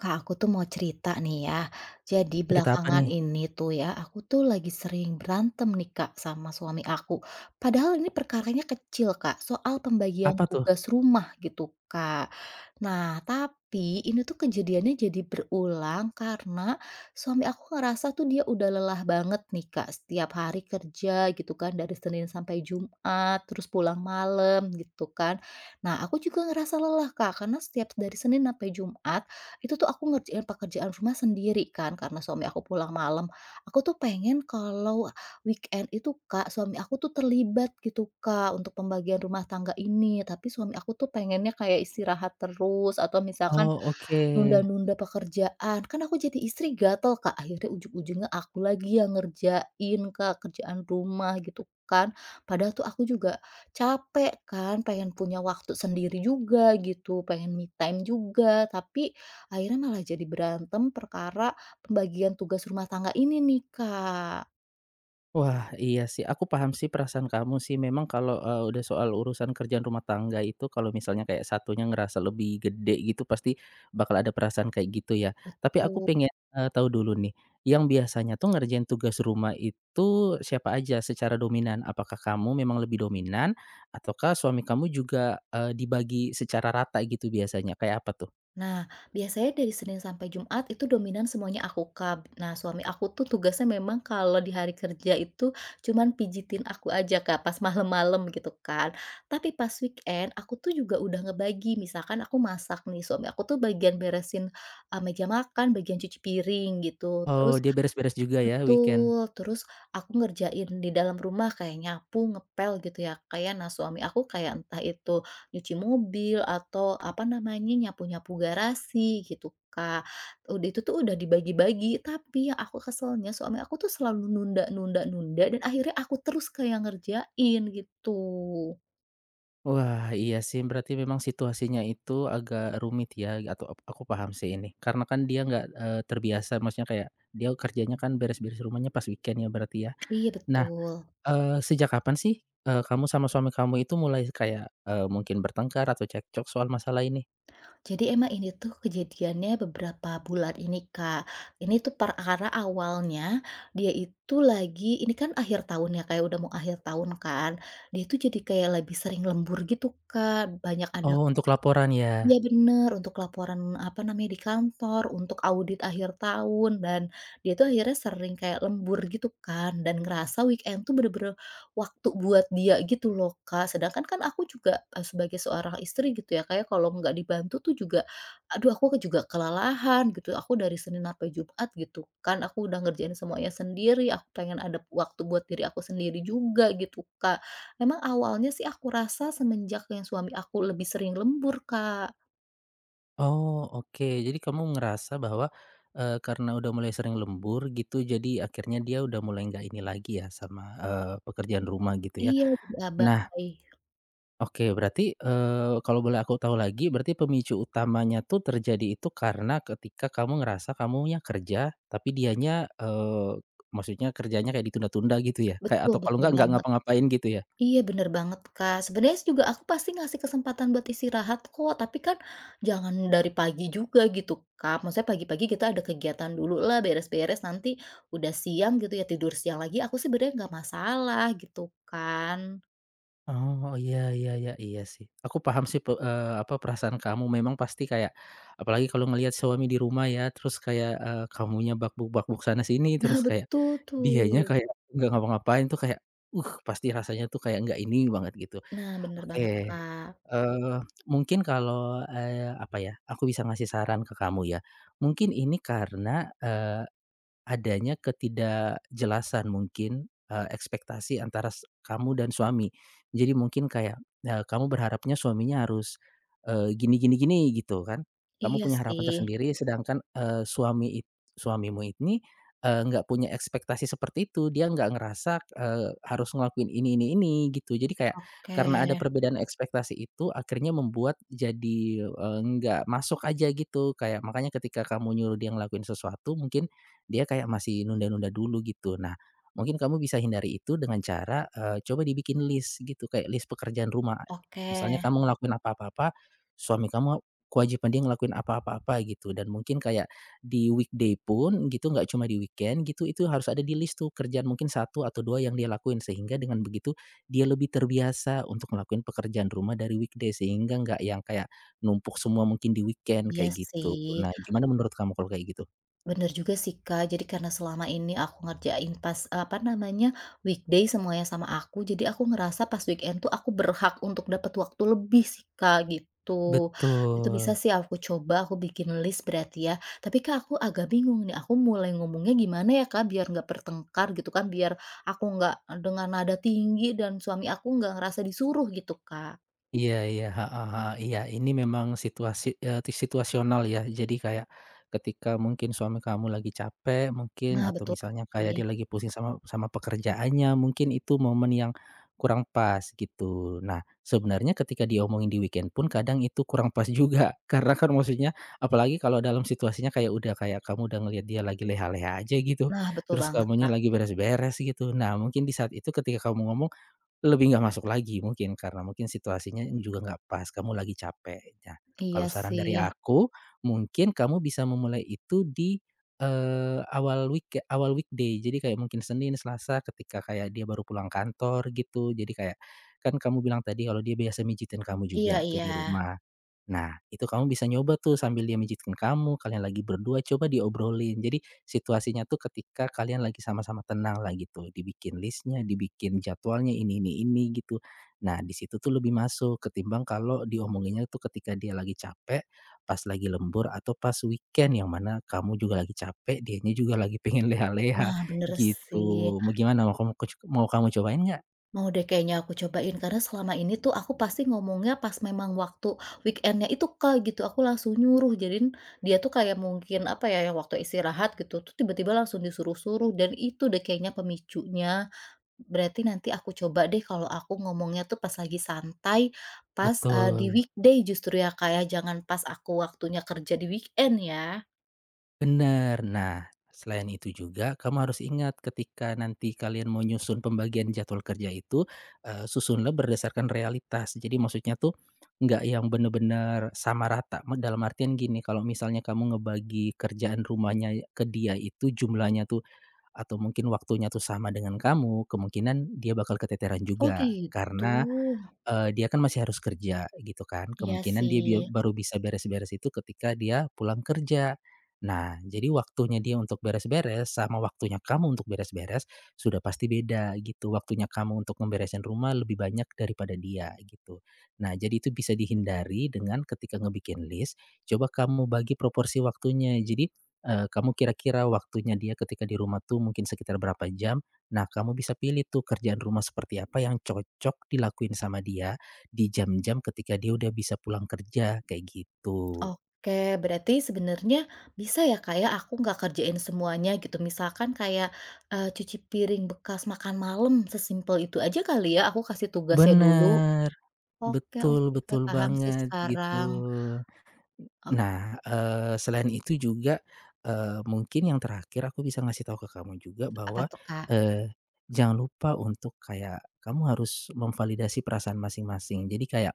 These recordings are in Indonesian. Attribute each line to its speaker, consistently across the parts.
Speaker 1: Kak, aku tuh mau cerita nih ya. Jadi
Speaker 2: Cerita apa
Speaker 1: belakangan
Speaker 2: nih?
Speaker 1: ini tuh ya, aku tuh lagi sering berantem nih Kak sama suami aku. Padahal ini perkaranya kecil Kak, soal pembagian
Speaker 2: Apa tuh?
Speaker 1: tugas rumah gitu Kak. Nah, tapi ini tuh kejadiannya jadi berulang karena suami aku ngerasa tuh dia udah lelah banget nih Kak. Setiap hari kerja gitu kan, dari Senin sampai Jumat, terus pulang malam gitu kan. Nah, aku juga ngerasa lelah Kak, karena setiap dari Senin sampai Jumat, itu tuh aku ngerjain pekerjaan rumah sendiri kan, karena suami aku pulang malam. Aku tuh pengen kalau weekend itu Kak, suami aku tuh terlibat gitu Kak, untuk pembagian rumah tangga ini. Tapi suami aku tuh pengennya kayak istirahat terus, atau misalkan
Speaker 2: Oh, oke.
Speaker 1: nunda-nunda pekerjaan, kan aku jadi istri gatel, Kak, akhirnya ujung ujungnya aku lagi yang ngerjain, Kak, kerjaan rumah gitu kan. Padahal tuh aku juga capek kan, pengen punya waktu sendiri juga gitu, pengen me time juga, tapi akhirnya malah jadi berantem perkara pembagian tugas rumah tangga ini nih, Kak,
Speaker 2: Wah, iya sih, aku paham sih perasaan kamu sih. Memang kalau, udah soal urusan kerjaan rumah tangga itu kalau misalnya kayak satunya ngerasa lebih gede gitu pasti bakal ada perasaan kayak gitu ya. Tapi aku
Speaker 1: tu
Speaker 2: pengen, tahu dulu nih, yang biasanya tuh ngerjain tugas rumah itu siapa aja secara dominan? Apakah kamu memang lebih dominan ataukah suami kamu juga, dibagi secara rata gitu biasanya? Kayak apa tuh?
Speaker 1: Nah, biasanya dari Senin sampai Jumat itu dominan semuanya aku, Kak. Nah, suami aku tuh tugasnya memang kalau di hari kerja itu cuman pijitin aku aja, Kak, pas malam-malam gitu kan. Tapi pas weekend aku tuh juga udah ngebagi, misalkan aku masak nih, suami aku tuh bagian beresin, meja makan, bagian cuci piring gitu.
Speaker 2: Oh,
Speaker 1: Terus.
Speaker 2: dia beres-beres juga ya weekend?
Speaker 1: Betul, terus aku ngerjain di dalam rumah kayak nyapu, ngepel gitu ya, kayak ya. Nah, suami aku kayak entah itu nyuci mobil atau apa namanya, nyapu-nyapu garasi gitu, Kak. Udah itu tuh udah dibagi-bagi, tapi yang aku keselnya suami aku tuh selalu nunda nunda nunda dan akhirnya aku terus kayak ngerjain gitu.
Speaker 2: Wah, iya sih, berarti memang situasinya itu agak rumit ya, atau aku paham sih ini. Karena kan dia nggak, terbiasa, maksudnya kayak dia kerjanya kan beres-beres rumahnya pas weekend ya berarti ya.
Speaker 1: Iya,
Speaker 2: Nah,
Speaker 1: betul.
Speaker 2: sejak kapan sih, kamu sama suami kamu itu mulai kayak, mungkin bertengkar atau cekcok soal masalah ini?
Speaker 1: Jadi emang ini tuh kejadiannya beberapa bulan ini, Kak. Ini tuh perkara awalnya dia itu lagi ini kan akhir tahun ya, kayak udah mau akhir tahun kan. Dia tuh jadi kayak lebih sering lembur gitu, Kak, banyak ada.
Speaker 2: Oh, untuk laporan ya?
Speaker 1: Iya, bener, untuk laporan, apa namanya, di kantor, untuk audit akhir tahun, dan dia tuh akhirnya sering kayak lembur gitu kan, dan ngerasa weekend tuh bener-bener waktu buat dia gitu loh, Kak. Sedangkan kan aku juga, sebagai seorang istri gitu ya, kayak kalau nggak dibantu tuh juga, aduh aku juga kelelahan gitu, aku dari Senin sampai Jumat gitu kan, aku udah ngerjain semuanya sendiri, aku pengen ada waktu buat diri aku sendiri juga gitu, Kak. Memang awalnya sih aku rasa semenjak yang suami aku lebih sering lembur, Kak.
Speaker 2: Oh, oke. Jadi kamu ngerasa bahwa, karena udah mulai sering lembur gitu, jadi akhirnya dia udah mulai nggak ini lagi ya sama, pekerjaan rumah gitu ya.
Speaker 1: Iya, jadi
Speaker 2: Nah,
Speaker 1: abai.
Speaker 2: oke, berarti, kalau boleh aku tahu lagi, berarti pemicu utamanya tuh terjadi itu karena ketika kamu ngerasa kamunya kerja, tapi dianya, maksudnya kerjanya kayak ditunda-tunda gitu ya? Kayak
Speaker 1: Betul
Speaker 2: atau kalau
Speaker 1: betul
Speaker 2: nggak
Speaker 1: banget.
Speaker 2: ngapa-ngapain gitu ya?
Speaker 1: Iya, bener banget, Kak. Sebenarnya juga aku pasti ngasih kesempatan buat istirahat kok, tapi kan jangan dari pagi juga gitu, Kak. Maksudnya pagi-pagi kita ada kegiatan dulu lah, beres-beres, nanti udah siang gitu ya, tidur siang lagi, aku sih sebenarnya nggak masalah gitu kan.
Speaker 2: Oh, iya iya iya, iya sih. Aku paham sih apa, perasaan kamu memang pasti kayak apalagi kalau ngelihat suami di rumah ya, terus kayak, kamunya bakbuk-bakbuk sana sini,
Speaker 1: Nah,
Speaker 2: terus kayak
Speaker 1: betul
Speaker 2: dianya
Speaker 1: tuh.
Speaker 2: kayak nggak ngapa-ngapain tuh kayak, pasti rasanya tuh kayak nggak ini banget gitu.
Speaker 1: Nah, bener
Speaker 2: Oke,
Speaker 1: banget, Kak.
Speaker 2: eee, mungkin kalau, apa ya, aku bisa ngasih saran ke kamu ya, mungkin ini karena, adanya ketidakjelasan mungkin, ekspektasi antara kamu dan suami. Jadi mungkin kayak, kamu berharapnya suaminya harus, gini gini gini gitu kan. Kamu
Speaker 1: Iya
Speaker 2: punya harapan
Speaker 1: sih.
Speaker 2: tersendiri sedangkan, suamimu ini, nggak punya ekspektasi seperti itu. Dia nggak ngerasa, harus ngelakuin ini gitu. Jadi kayak
Speaker 1: Oke
Speaker 2: karena ada perbedaan ekspektasi itu akhirnya membuat jadi, nggak masuk aja gitu. Kayak makanya ketika kamu nyuruh dia ngelakuin sesuatu mungkin dia kayak masih nunda-nunda dulu gitu. Nah, mungkin kamu bisa hindari itu dengan cara, coba dibikin list gitu, kayak list pekerjaan rumah.
Speaker 1: oke.
Speaker 2: Misalnya kamu ngelakuin apa-apa-apa, suami kamu kewajiban dia ngelakuin apa-apa-apa gitu dan mungkin kayak di weekday pun gitu, nggak cuma di weekend gitu, itu harus ada di list tuh kerjaan mungkin satu atau 2 yang dia lakuin. Sehingga dengan begitu dia lebih terbiasa untuk ngelakuin pekerjaan rumah dari weekday, sehingga nggak yang kayak numpuk semua mungkin di weekend
Speaker 1: Iya
Speaker 2: kayak gitu.
Speaker 1: sih.
Speaker 2: Nah, gimana menurut kamu kalau kayak gitu?
Speaker 1: Bener juga sih, Kak. Jadi karena selama ini aku ngerjain pas, apa namanya, weekday semuanya sama aku, jadi aku ngerasa pas weekend tuh aku berhak untuk dapat waktu lebih sih, Kak, gitu. Itu bisa
Speaker 2: Betul.
Speaker 1: sih aku coba, aku bikin list berarti ya. Tapi, Kak, aku agak bingung nih, aku mulai ngomongnya gimana ya, Kak, biar nggak bertengkar gitu kan, biar aku nggak dengan nada tinggi dan suami aku nggak ngerasa disuruh gitu, Kak.
Speaker 2: Iya iya, heeh heeh, iya, ini memang situasi situasional ya. Jadi kayak ketika mungkin suami kamu lagi capek mungkin
Speaker 1: Nah,
Speaker 2: atau
Speaker 1: betul
Speaker 2: misalnya kayak
Speaker 1: sih.
Speaker 2: dia lagi pusing sama sama pekerjaannya, mungkin itu momen yang kurang pas gitu. Nah, sebenarnya ketika diomongin di weekend pun kadang itu kurang pas juga, karena kan maksudnya apalagi kalau dalam situasinya kayak udah kayak kamu udah ngelihat dia lagi leha-leha aja gitu,
Speaker 1: Nah, betul
Speaker 2: terus
Speaker 1: banget,
Speaker 2: kamunya
Speaker 1: Kak.
Speaker 2: lagi beres-beres gitu. Nah, mungkin di saat itu ketika kamu ngomong lebih nggak masuk lagi mungkin, karena mungkin situasinya juga nggak pas, kamu lagi capek. Nah, kalau
Speaker 1: Iya
Speaker 2: saran
Speaker 1: sih.
Speaker 2: dari aku, mungkin kamu bisa memulai itu di, awal weekday. Jadi kayak mungkin Senin, Selasa ketika kayak dia baru pulang kantor gitu. Jadi kayak, kan kamu bilang tadi kalau dia biasa mijitin kamu
Speaker 1: Iya
Speaker 2: juga tuh
Speaker 1: iya.
Speaker 2: di rumah. Nah, itu kamu bisa nyoba tuh sambil dia mijitin kamu, kalian lagi berdua coba diobrolin. Jadi situasinya tuh ketika kalian lagi sama-sama tenang lah gitu, dibikin listnya, dibikin jadwalnya ini gitu. Nah, di situ tuh lebih masuk ketimbang kalau diomonginnya tuh ketika dia lagi capek, pas lagi lembur atau pas weekend yang mana kamu juga lagi capek, dianya juga lagi pengen leha-leha
Speaker 1: Nah, bener sih.
Speaker 2: gitu. Mau kamu cobain nggak?
Speaker 1: Mau deh kayaknya aku cobain, karena selama ini tuh aku pasti ngomongnya pas memang waktu weekendnya itu, Kak, gitu. Aku langsung nyuruh, jadi dia tuh kayak mungkin, apa ya, yang waktu istirahat gitu tuh tiba-tiba langsung disuruh-suruh dan itu deh kayaknya pemicunya. Berarti nanti aku coba deh kalau aku ngomongnya tuh pas lagi santai, pas, di
Speaker 2: Betul.
Speaker 1: weekday justru ya, Kak, ya, jangan pas aku waktunya kerja di weekend ya.
Speaker 2: Benar. Nah, selain itu juga kamu harus ingat ketika nanti kalian mau nyusun pembagian jadwal kerja itu, susunlah berdasarkan realitas. Jadi maksudnya tuh nggak yang benar-benar sama rata, dalam artian gini, kalau misalnya kamu ngebagi kerjaan rumahnya ke dia itu jumlahnya tuh atau mungkin waktunya tuh sama dengan kamu, kemungkinan dia bakal keteteran
Speaker 1: Oh,
Speaker 2: juga.
Speaker 1: gitu.
Speaker 2: Karena dia kan masih harus kerja gitu kan,
Speaker 1: Iya
Speaker 2: kemungkinan dia
Speaker 1: sih.
Speaker 2: bia baru bisa beres-beres itu ketika dia pulang kerja. Nah, jadi waktunya dia untuk beres-beres sama waktunya kamu untuk beres-beres sudah pasti beda gitu, waktunya kamu untuk ngeberesin rumah lebih banyak daripada dia gitu. Nah, jadi itu bisa dihindari dengan ketika ngebikin list, coba kamu bagi proporsi waktunya. Jadi, kamu kira-kira waktunya dia ketika di rumah tuh mungkin sekitar berapa jam, nah, kamu bisa pilih tuh kerjaan rumah seperti apa yang cocok dilakuin sama dia di jam-jam ketika dia udah bisa pulang kerja, kayak gitu.
Speaker 1: Oke, berarti sebenarnya bisa ya, Kak, ya, aku nggak kerjain semuanya gitu. Misalkan kayak, cuci piring bekas makan malam, sesimpel itu aja kali ya, aku kasih tugasnya dulu.
Speaker 2: Bener,
Speaker 1: Oke
Speaker 2: betul
Speaker 1: oke,
Speaker 2: betul
Speaker 1: paham sih
Speaker 2: banget, gitu.
Speaker 1: sekarang. Ok
Speaker 2: Nah, selain itu juga, mungkin yang terakhir aku bisa ngasih tahu ke kamu juga
Speaker 1: Apa
Speaker 2: bahwa,
Speaker 1: tuh, Kak?
Speaker 2: eee, jangan lupa untuk kayak kamu harus memvalidasi perasaan masing-masing. Jadi kayak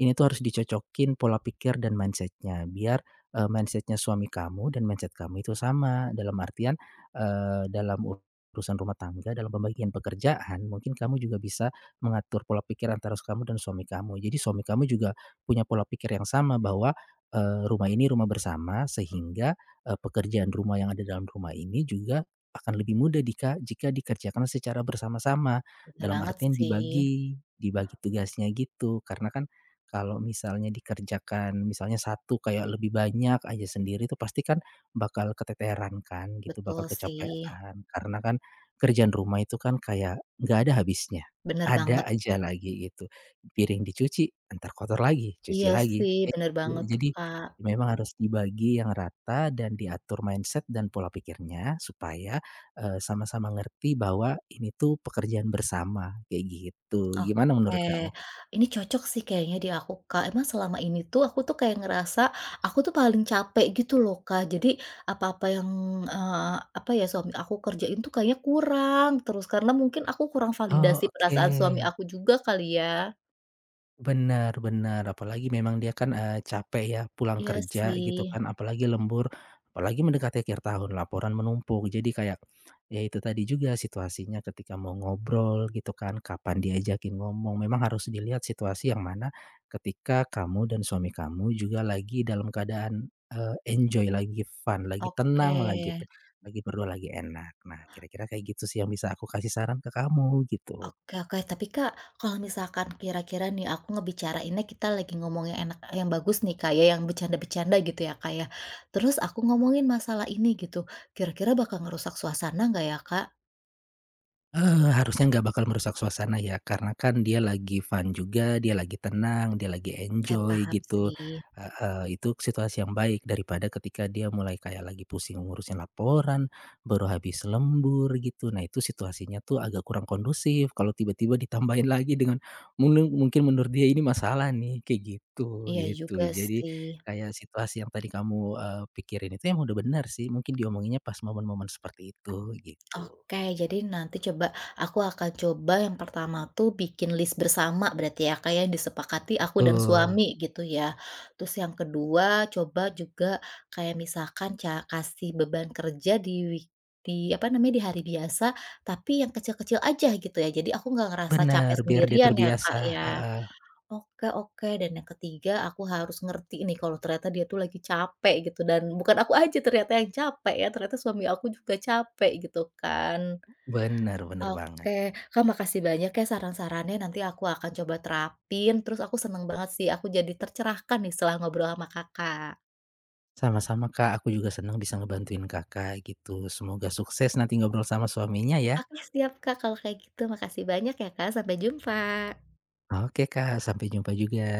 Speaker 2: ini tuh harus dicocokin pola pikir dan mindsetnya biar, mindset suami kamu dan mindset kamu itu sama. Dalam artian, dalam urusan rumah tangga, dalam pembagian pekerjaan mungkin kamu juga bisa mengatur pola pikir antara kamu dan suami kamu. Jadi suami kamu juga punya pola pikir yang sama bahwa rumah ini rumah bersama sehingga, pekerjaan rumah yang ada dalam rumah ini juga akan lebih mudah jika jika dikerjakan secara bersama-sama,
Speaker 1: Bener
Speaker 2: dalam
Speaker 1: banget
Speaker 2: artian
Speaker 1: sih,
Speaker 2: dibagi dibagi tugasnya gitu. Karena kan kalau misalnya dikerjakan misalnya satu kayak lebih banyak aja sendiri itu pasti kan bakal keteteran kan gitu,
Speaker 1: betul
Speaker 2: bakal
Speaker 1: sih,
Speaker 2: kecapean. Karena kan kerjaan rumah itu kan kayak nggak ada habisnya,
Speaker 1: bener
Speaker 2: ada
Speaker 1: banget.
Speaker 2: aja lagi gitu. Piring dicuci, antar kotor lagi, cuci
Speaker 1: Iya
Speaker 2: lagi,
Speaker 1: sih,
Speaker 2: kayak
Speaker 1: bener
Speaker 2: gitu.
Speaker 1: banget,
Speaker 2: Jadi
Speaker 1: Kak.
Speaker 2: memang harus dibagi yang rata dan diatur mindset dan pola pikirnya supaya, sama-sama ngerti bahwa ini tuh pekerjaan bersama, kayak gitu. Gimana
Speaker 1: Oke,
Speaker 2: menurut kamu?
Speaker 1: ini cocok sih kayaknya di aku, Kak. Emang selama ini tuh aku tuh kayak ngerasa aku tuh paling capek gitu loh, Kak. Jadi apa-apa yang, apa ya, suami aku kerjain tuh kayaknya kurang terus karena mungkin aku kurang
Speaker 2: Oh,
Speaker 1: validasi
Speaker 2: oke.
Speaker 1: perasaan suami aku juga kali ya.
Speaker 2: Benar-benar apalagi memang dia kan, capek ya pulang
Speaker 1: Iya
Speaker 2: kerja
Speaker 1: sih,
Speaker 2: gitu kan, apalagi lembur, apalagi mendekati akhir tahun laporan menumpuk. Jadi kayak, ya itu tadi juga situasinya ketika mau ngobrol gitu kan, kapan diajakin ngomong, memang harus dilihat situasi yang mana ketika kamu dan suami kamu juga lagi dalam keadaan, enjoy, lagi fun, lagi
Speaker 1: oke.
Speaker 2: tenang lah gitu, lagi berdua lagi enak. Nah, kira-kira kayak gitu sih yang bisa aku kasih saran ke kamu, gitu.
Speaker 1: Oke oke, tapi Kak, kalau misalkan kira-kira nih aku ngebicarainnya kita lagi ngomong yang enak yang bagus nih Kak ya, yang bercanda-bercanda gitu ya Kak ya. Terus aku ngomongin masalah ini gitu, kira-kira bakal ngerusak suasana nggak ya Kak?
Speaker 2: Harusnya nggak bakal merusak suasana ya, karena kan dia lagi fun juga, dia lagi tenang, dia lagi
Speaker 1: Kayak
Speaker 2: enjoy
Speaker 1: paham
Speaker 2: gitu,
Speaker 1: sih.
Speaker 2: heeh, itu situasi yang baik daripada ketika dia mulai kayak lagi pusing ngurusin laporan, baru habis lembur gitu. Nah itu situasinya tuh agak kurang kondusif kalau tiba-tiba ditambahin lagi dengan mungkin mungkin menurut dia ini masalah nih, kayak gitu,
Speaker 1: Iya
Speaker 2: gitu.
Speaker 1: juga
Speaker 2: Jadi
Speaker 1: sih.
Speaker 2: kayak situasi yang tadi kamu, pikirin itu emang udah benar sih, mungkin diomonginnya pas momen-momen seperti itu, gitu.
Speaker 1: Oke, jadi nanti coba aku akan coba yang pertama tuh bikin list bersama berarti ya, Kak, ya, yang disepakati aku dan
Speaker 2: Betul.
Speaker 1: suami gitu ya. Terus yang kedua coba juga kayak misalkan kasih beban kerja di di apa namanya, di hari biasa, tapi yang kecil-kecil aja gitu ya, jadi aku nggak ngerasa capek
Speaker 2: Bener, biar dia
Speaker 1: sendirian ya, Kak,
Speaker 2: terbiasa
Speaker 1: ya.
Speaker 2: heeh,
Speaker 1: Oke oke, dan yang ketiga aku harus ngerti nih kalau ternyata dia tuh lagi capek gitu dan bukan aku aja ternyata yang capek ya, ternyata suami aku juga capek gitu kan.
Speaker 2: bener bener banget.
Speaker 1: Oke, Kak, makasih banyak ya saran-sarannya nanti aku akan coba terapin, terus aku seneng banget sih aku jadi tercerahkan nih setelah ngobrol sama Kakak.
Speaker 2: Sama-sama Kak, aku juga senang bisa ngebantuin Kakak gitu. Semoga sukses nanti ngobrol sama suaminya ya.
Speaker 1: Oke siap Kak, kalau kayak gitu makasih banyak ya Kak, sampai jumpa.
Speaker 2: Oke Kak, sampai jumpa juga.